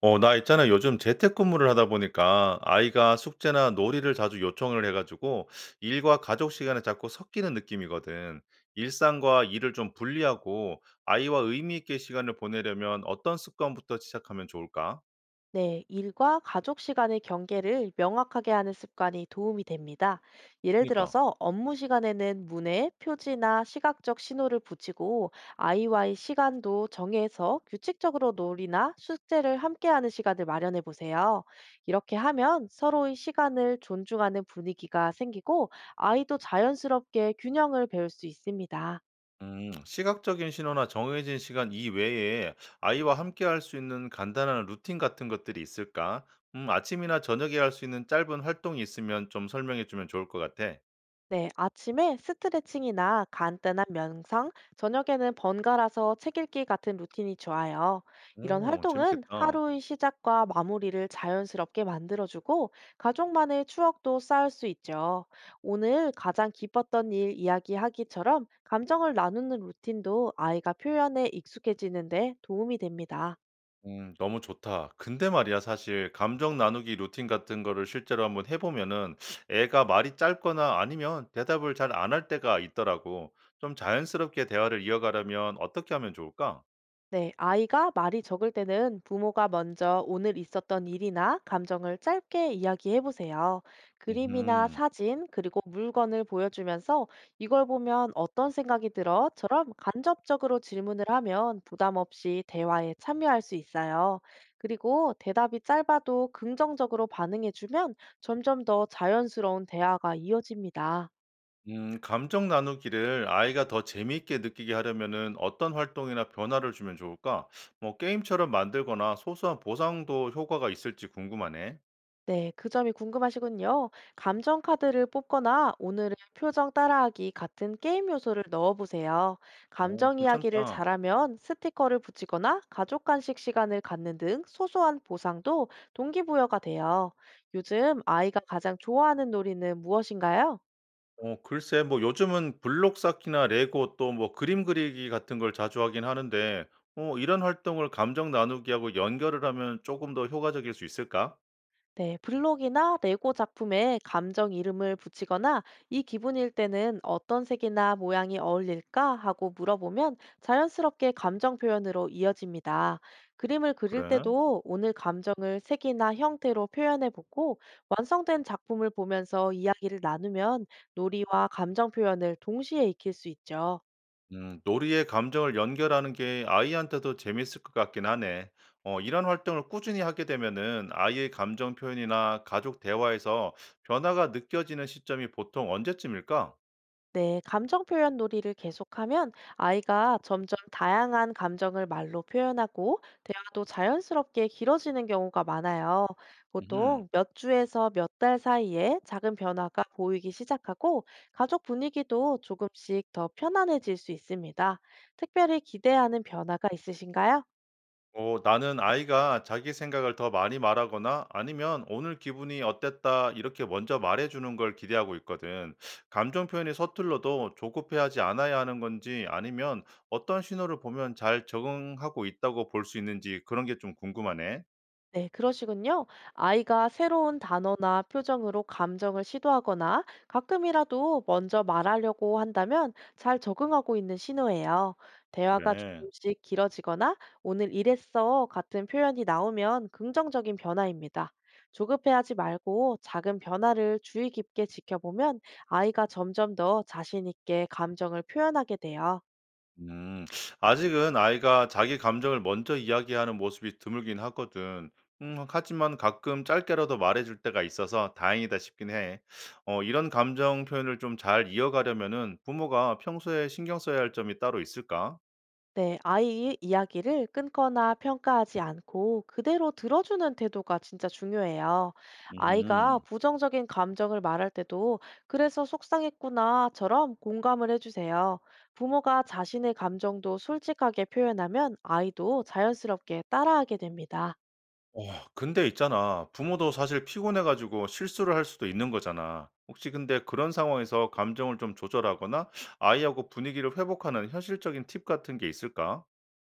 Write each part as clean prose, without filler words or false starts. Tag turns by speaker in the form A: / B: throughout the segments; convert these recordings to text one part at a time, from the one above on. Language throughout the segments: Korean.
A: 나 있잖아. 요즘 재택근무를 하다 보니까 아이가 숙제나 놀이를 자주 요청을 해가지고 일과 가족 시간에 자꾸 섞이는 느낌이거든. 일상과 일을 좀 분리하고 아이와 의미 있게 시간을 보내려면 어떤 습관부터 시작하면 좋을까?
B: 네, 일과 가족 시간의 경계를 명확하게 하는 습관이 도움이 됩니다. 예를
A: 그러니까.
B: 들어서 업무 시간에는 문에 표지나 시각적 신호를 붙이고 아이와의 시간도 정해서 규칙적으로 놀이나 숙제를 함께하는 시간을 마련해 보세요. 이렇게 하면 서로의 시간을 존중하는 분위기가 생기고 아이도 자연스럽게 균형을 배울 수 있습니다.
A: 시각적인 신호나 정해진 시간 이외에 아이와 함께 할 수 있는 간단한 루틴 같은 것들이 있을까? 아침이나 저녁에 할 수 있는 짧은 활동이 있으면 좀 설명해 주면 좋을 것 같아.
B: 네, 아침에 스트레칭이나 간단한 명상, 저녁에는 번갈아서 책 읽기 같은 루틴이 좋아요. 이런
A: 오,
B: 활동은
A: 재밌겠다.
B: 하루의 시작과 마무리를 자연스럽게 만들어주고 가족만의 추억도 쌓을 수 있죠. 오늘 가장 기뻤던 일 이야기하기처럼 감정을 나누는 루틴도 아이가 표현에 익숙해지는데 도움이 됩니다.
A: 너무 좋다. 근데 말이야, 사실 감정 나누기 루틴 같은 거를 실제로 한번 해 보면은 애가 말이 짧거나 아니면 대답을 잘 안 할 때가 있더라고. 좀 자연스럽게 대화를 이어가려면 어떻게 하면 좋을까?
B: 네, 아이가 말이 적을 때는 부모가 먼저 오늘 있었던 일이나 감정을 짧게 이야기해 보세요. 그림이나
A: 음
B: 사진, 그리고 물건을 보여주면서 이걸 보면 어떤 생각이 들어?처럼 간접적으로 질문을 하면 부담 없이 대화에 참여할 수 있어요. 그리고 대답이 짧아도 긍정적으로 반응해 주면 점점 더 자연스러운 대화가 이어집니다.
A: 감정 나누기를 아이가 더 재미있게 느끼게 하려면은 어떤 활동이나 변화를 주면 좋을까? 뭐 게임처럼 만들거나 소소한 보상도 효과가 있을지 궁금하네.
B: 네, 그 점이 궁금하시군요. 감정 카드를 뽑거나 오늘의 표정 따라하기 같은 게임 요소를 넣어보세요.
A: 오,
B: 감정 이야기를
A: 괜찮다.
B: 잘하면 스티커를 붙이거나 가족 간식 시간을 갖는 등 소소한 보상도 동기부여가 돼요. 요즘 아이가 가장 좋아하는 놀이는 무엇인가요?
A: 글쎄, 뭐 요즘은 블록 쌓기나 레고, 또 뭐 그림 그리기 같은 걸 자주 하긴 하는데 이런 활동을 감정 나누기하고 연결을 하면 조금 더 효과적일 수 있을까?
B: 네, 블록이나 레고 작품에 감정 이름을 붙이거나 이 기분일 때는 어떤 색이나 모양이 어울릴까 하고 물어보면 자연스럽게 감정 표현으로 이어집니다. 그림을 그릴
A: 그래?
B: 때도 오늘 감정을 색이나 형태로 표현해 보고 완성된 작품을 보면서 이야기를 나누면 놀이와 감정 표현을 동시에 익힐 수 있죠.
A: 놀이에 감정을 연결하는 게 아이한테도 재미있을 것 같긴 하네. 이런 활동을 꾸준히 하게 되면은 아이의 감정 표현이나 가족 대화에서 변화가 느껴지는 시점이 보통 언제쯤일까?
B: 네, 감정 표현 놀이를 계속하면 아이가 점점 다양한 감정을 말로 표현하고 대화도 자연스럽게 길어지는 경우가 많아요. 보통 몇 주에서 몇 달 사이에 작은 변화가 보이기 시작하고 가족 분위기도 조금씩 더 편안해질 수 있습니다. 특별히 기대하는 변화가 있으신가요?
A: 나는 아이가 자기 생각을 더 많이 말하거나 아니면 오늘 기분이 어땠다 이렇게 먼저 말해주는 걸 기대하고 있거든. 감정 표현이 서툴러도 조급해하지 않아야 하는 건지, 아니면 어떤 신호를 보면 잘 적응하고 있다고 볼 수 있는지 그런 게 좀 궁금하네.
B: 네, 그러시군요. 아이가 새로운 단어나 표정으로 감정을 시도하거나 가끔이라도 먼저 말하려고 한다면 잘 적응하고 있는 신호예요. 대화가
A: 그래.
B: 조금씩 길어지거나 오늘 이랬어 같은 표현이 나오면 긍정적인 변화입니다. 조급해하지 말고 작은 변화를 주의 깊게 지켜보면 아이가 점점 더 자신 있게 감정을 표현하게 돼요.
A: 음. 아직은 아이가 자기 감정을 먼저 이야기하는 모습이 드물긴 하거든. 하지만 가끔 짧게라도 말해줄 때가 있어서 다행이다 싶긴 해. 이런 감정 표현을 좀 잘 이어가려면은 부모가 평소에 신경 써야 할 점이 따로 있을까?
B: 네, 아이의 이야기를 끊거나 평가하지 않고 그대로 들어주는 태도가 진짜 중요해요. 아이가
A: 음.
B: 부정적인 감정을 말할 때도 그래서 속상했구나처럼 공감을 해주세요. 부모가 자신의 감정도 솔직하게 표현하면 아이도 자연스럽게 따라하게 됩니다.
A: 어, 근데 있잖아. 부모도 사실 피곤해가지고 실수를 할 수도 있는 거잖아. 혹시 근데 그런 상황에서 감정을 좀 조절하거나 아이하고 분위기를 회복하는 현실적인 팁 같은 게 있을까?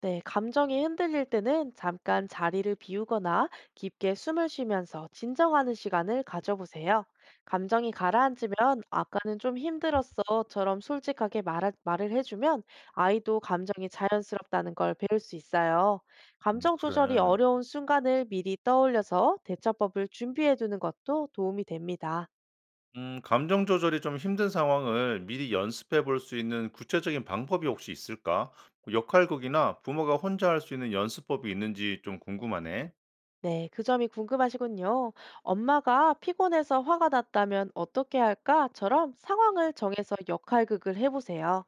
B: 네, 감정이 흔들릴 때는 잠깐 자리를 비우거나 깊게 숨을 쉬면서 진정하는 시간을 가져보세요. 감정이 가라앉으면 아까는 좀 힘들었어처럼 솔직하게 말 말을 해주면 아이도 감정이 자연스럽다는 걸 배울 수 있어요. 감정 조절이
A: 그래.
B: 어려운 순간을 미리 떠올려서 대처법을 준비해 두는 것도 도움이 됩니다.
A: 감정 조절이 좀 힘든 상황을 미리 연습해 볼 수 있는 구체적인 방법이 혹시 있을까? 뭐 역할극이나 부모가 혼자 할 수 있는 연습법이 있는지 좀 궁금하네.
B: 네, 그 점이 궁금하시군요. 엄마가 피곤해서 화가 났다면 어떻게 할까?처럼 상황을 정해서 역할극을 해보세요.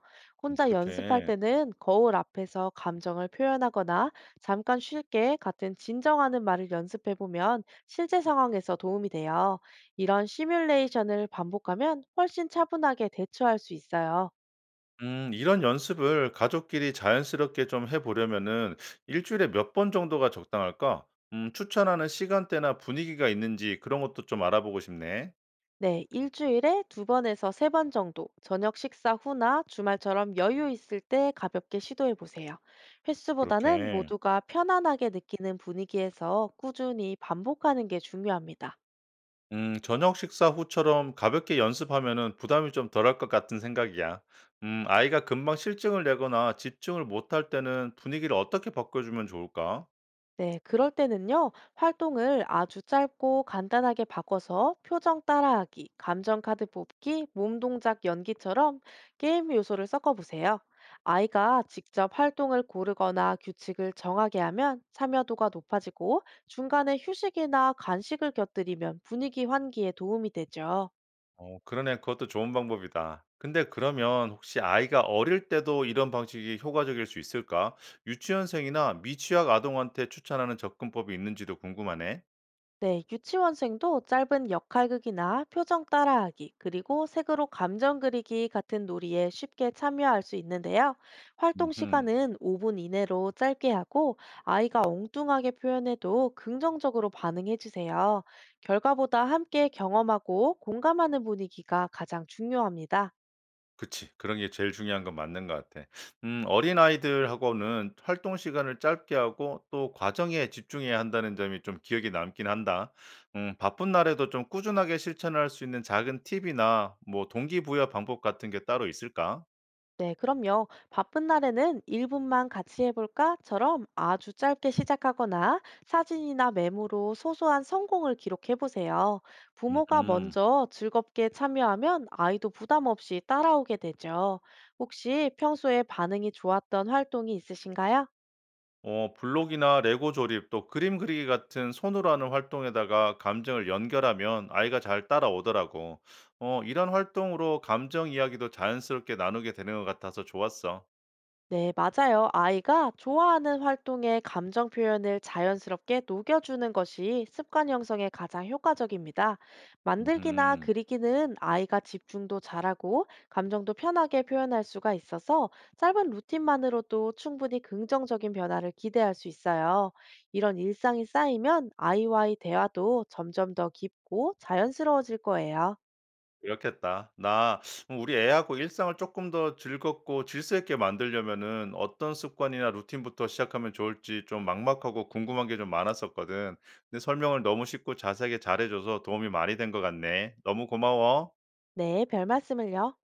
B: 혼자 연습할
A: 그렇게.
B: 때는 거울 앞에서 감정을 표현하거나 잠깐 쉴게 같은 진정하는 말을 연습해보면 실제 상황에서 도움이 돼요. 이런 시뮬레이션을 반복하면 훨씬 차분하게 대처할 수 있어요.
A: 이런 연습을 가족끼리 자연스럽게 좀 해보려면은 일주일에 몇 번 정도가 적당할까? 추천하는 시간대나 분위기가 있는지 그런 것도 좀 알아보고 싶네.
B: 네, 일주일에 두 번에서 세 번 정도, 저녁 식사 후나 주말처럼 여유 있을 때 가볍게 시도해 보세요. 횟수보다는
A: 그렇게.
B: 모두가 편안하게 느끼는 분위기에서 꾸준히 반복하는 게 중요합니다.
A: 저녁 식사 후처럼 가볍게 연습하면은 부담이 좀 덜할 것 같은 생각이야. 아이가 금방 실증을 내거나 집중을 못할 때는 분위기를 어떻게 바꿔주면 좋을까?
B: 네, 그럴 때는요, 활동을 아주 짧고 간단하게 바꿔서 표정 따라하기, 감정 카드 뽑기, 몸 동작 연기처럼 게임 요소를 섞어보세요. 아이가 직접 활동을 고르거나 규칙을 정하게 하면 참여도가 높아지고 중간에 휴식이나 간식을 곁들이면 분위기 환기에 도움이 되죠.
A: 어, 그러네. 그것도 좋은 방법이다. 근데 그러면 혹시 아이가 어릴 때도 이런 방식이 효과적일 수 있을까? 유치원생이나 미취학 아동한테 추천하는 접근법이 있는지도 궁금하네.
B: 네, 유치원생도 짧은 역할극이나 표정 따라하기, 그리고 색으로 감정 그리기 같은 놀이에 쉽게 참여할 수 있는데요. 활동
A: 음.
B: 시간은 5분 이내로 짧게 하고, 아이가 엉뚱하게 표현해도 긍정적으로 반응해 주세요. 결과보다 함께 경험하고 공감하는 분위기가 가장 중요합니다.
A: 그치. 그런 게 제일 중요한 건 맞는 것 같아. 어린아이들하고는 활동 시간을 짧게 하고 또 과정에 집중해야 한다는 점이 좀 기억에 남긴 한다. 바쁜 날에도 좀 꾸준하게 실천할 수 있는 작은 팁이나 뭐 동기부여 방법 같은 게 따로 있을까?
B: 네, 그럼요. 바쁜 날에는 1분만 같이 해볼까?처럼 아주 짧게 시작하거나 사진이나 메모로 소소한 성공을 기록해보세요. 부모가
A: 음
B: 먼저 즐겁게 참여하면 아이도 부담 없이 따라오게 되죠. 혹시 평소에 반응이 좋았던 활동이 있으신가요?
A: 블록이나 레고 조립, 또 그림 그리기 같은 손으로 하는 활동에다가 감정을 연결하면 아이가 잘 따라오더라고. 이런 활동으로 감정 이야기도 자연스럽게 나누게 되는 것 같아서 좋았어.
B: 네, 맞아요. 아이가 좋아하는 활동에 감정 표현을 자연스럽게 녹여주는 것이 습관 형성에 가장 효과적입니다. 만들기나
A: 음
B: 그리기는 아이가 집중도 잘하고 감정도 편하게 표현할 수가 있어서 짧은 루틴만으로도 충분히 긍정적인 변화를 기대할 수 있어요. 이런 일상이 쌓이면 아이와의 대화도 점점 더 깊고 자연스러워질 거예요.
A: 그렇겠다. 나 우리 애하고 일상을 조금 더 즐겁고 질서 있게 만들려면은 어떤 습관이나 루틴부터 시작하면 좋을지 좀 막막하고 궁금한 게 좀 많았었거든. 근데 설명을 너무 쉽고 자세하게 잘해 줘서 도움이 많이 된 것 같네. 너무 고마워.
B: 네, 별 말씀을요.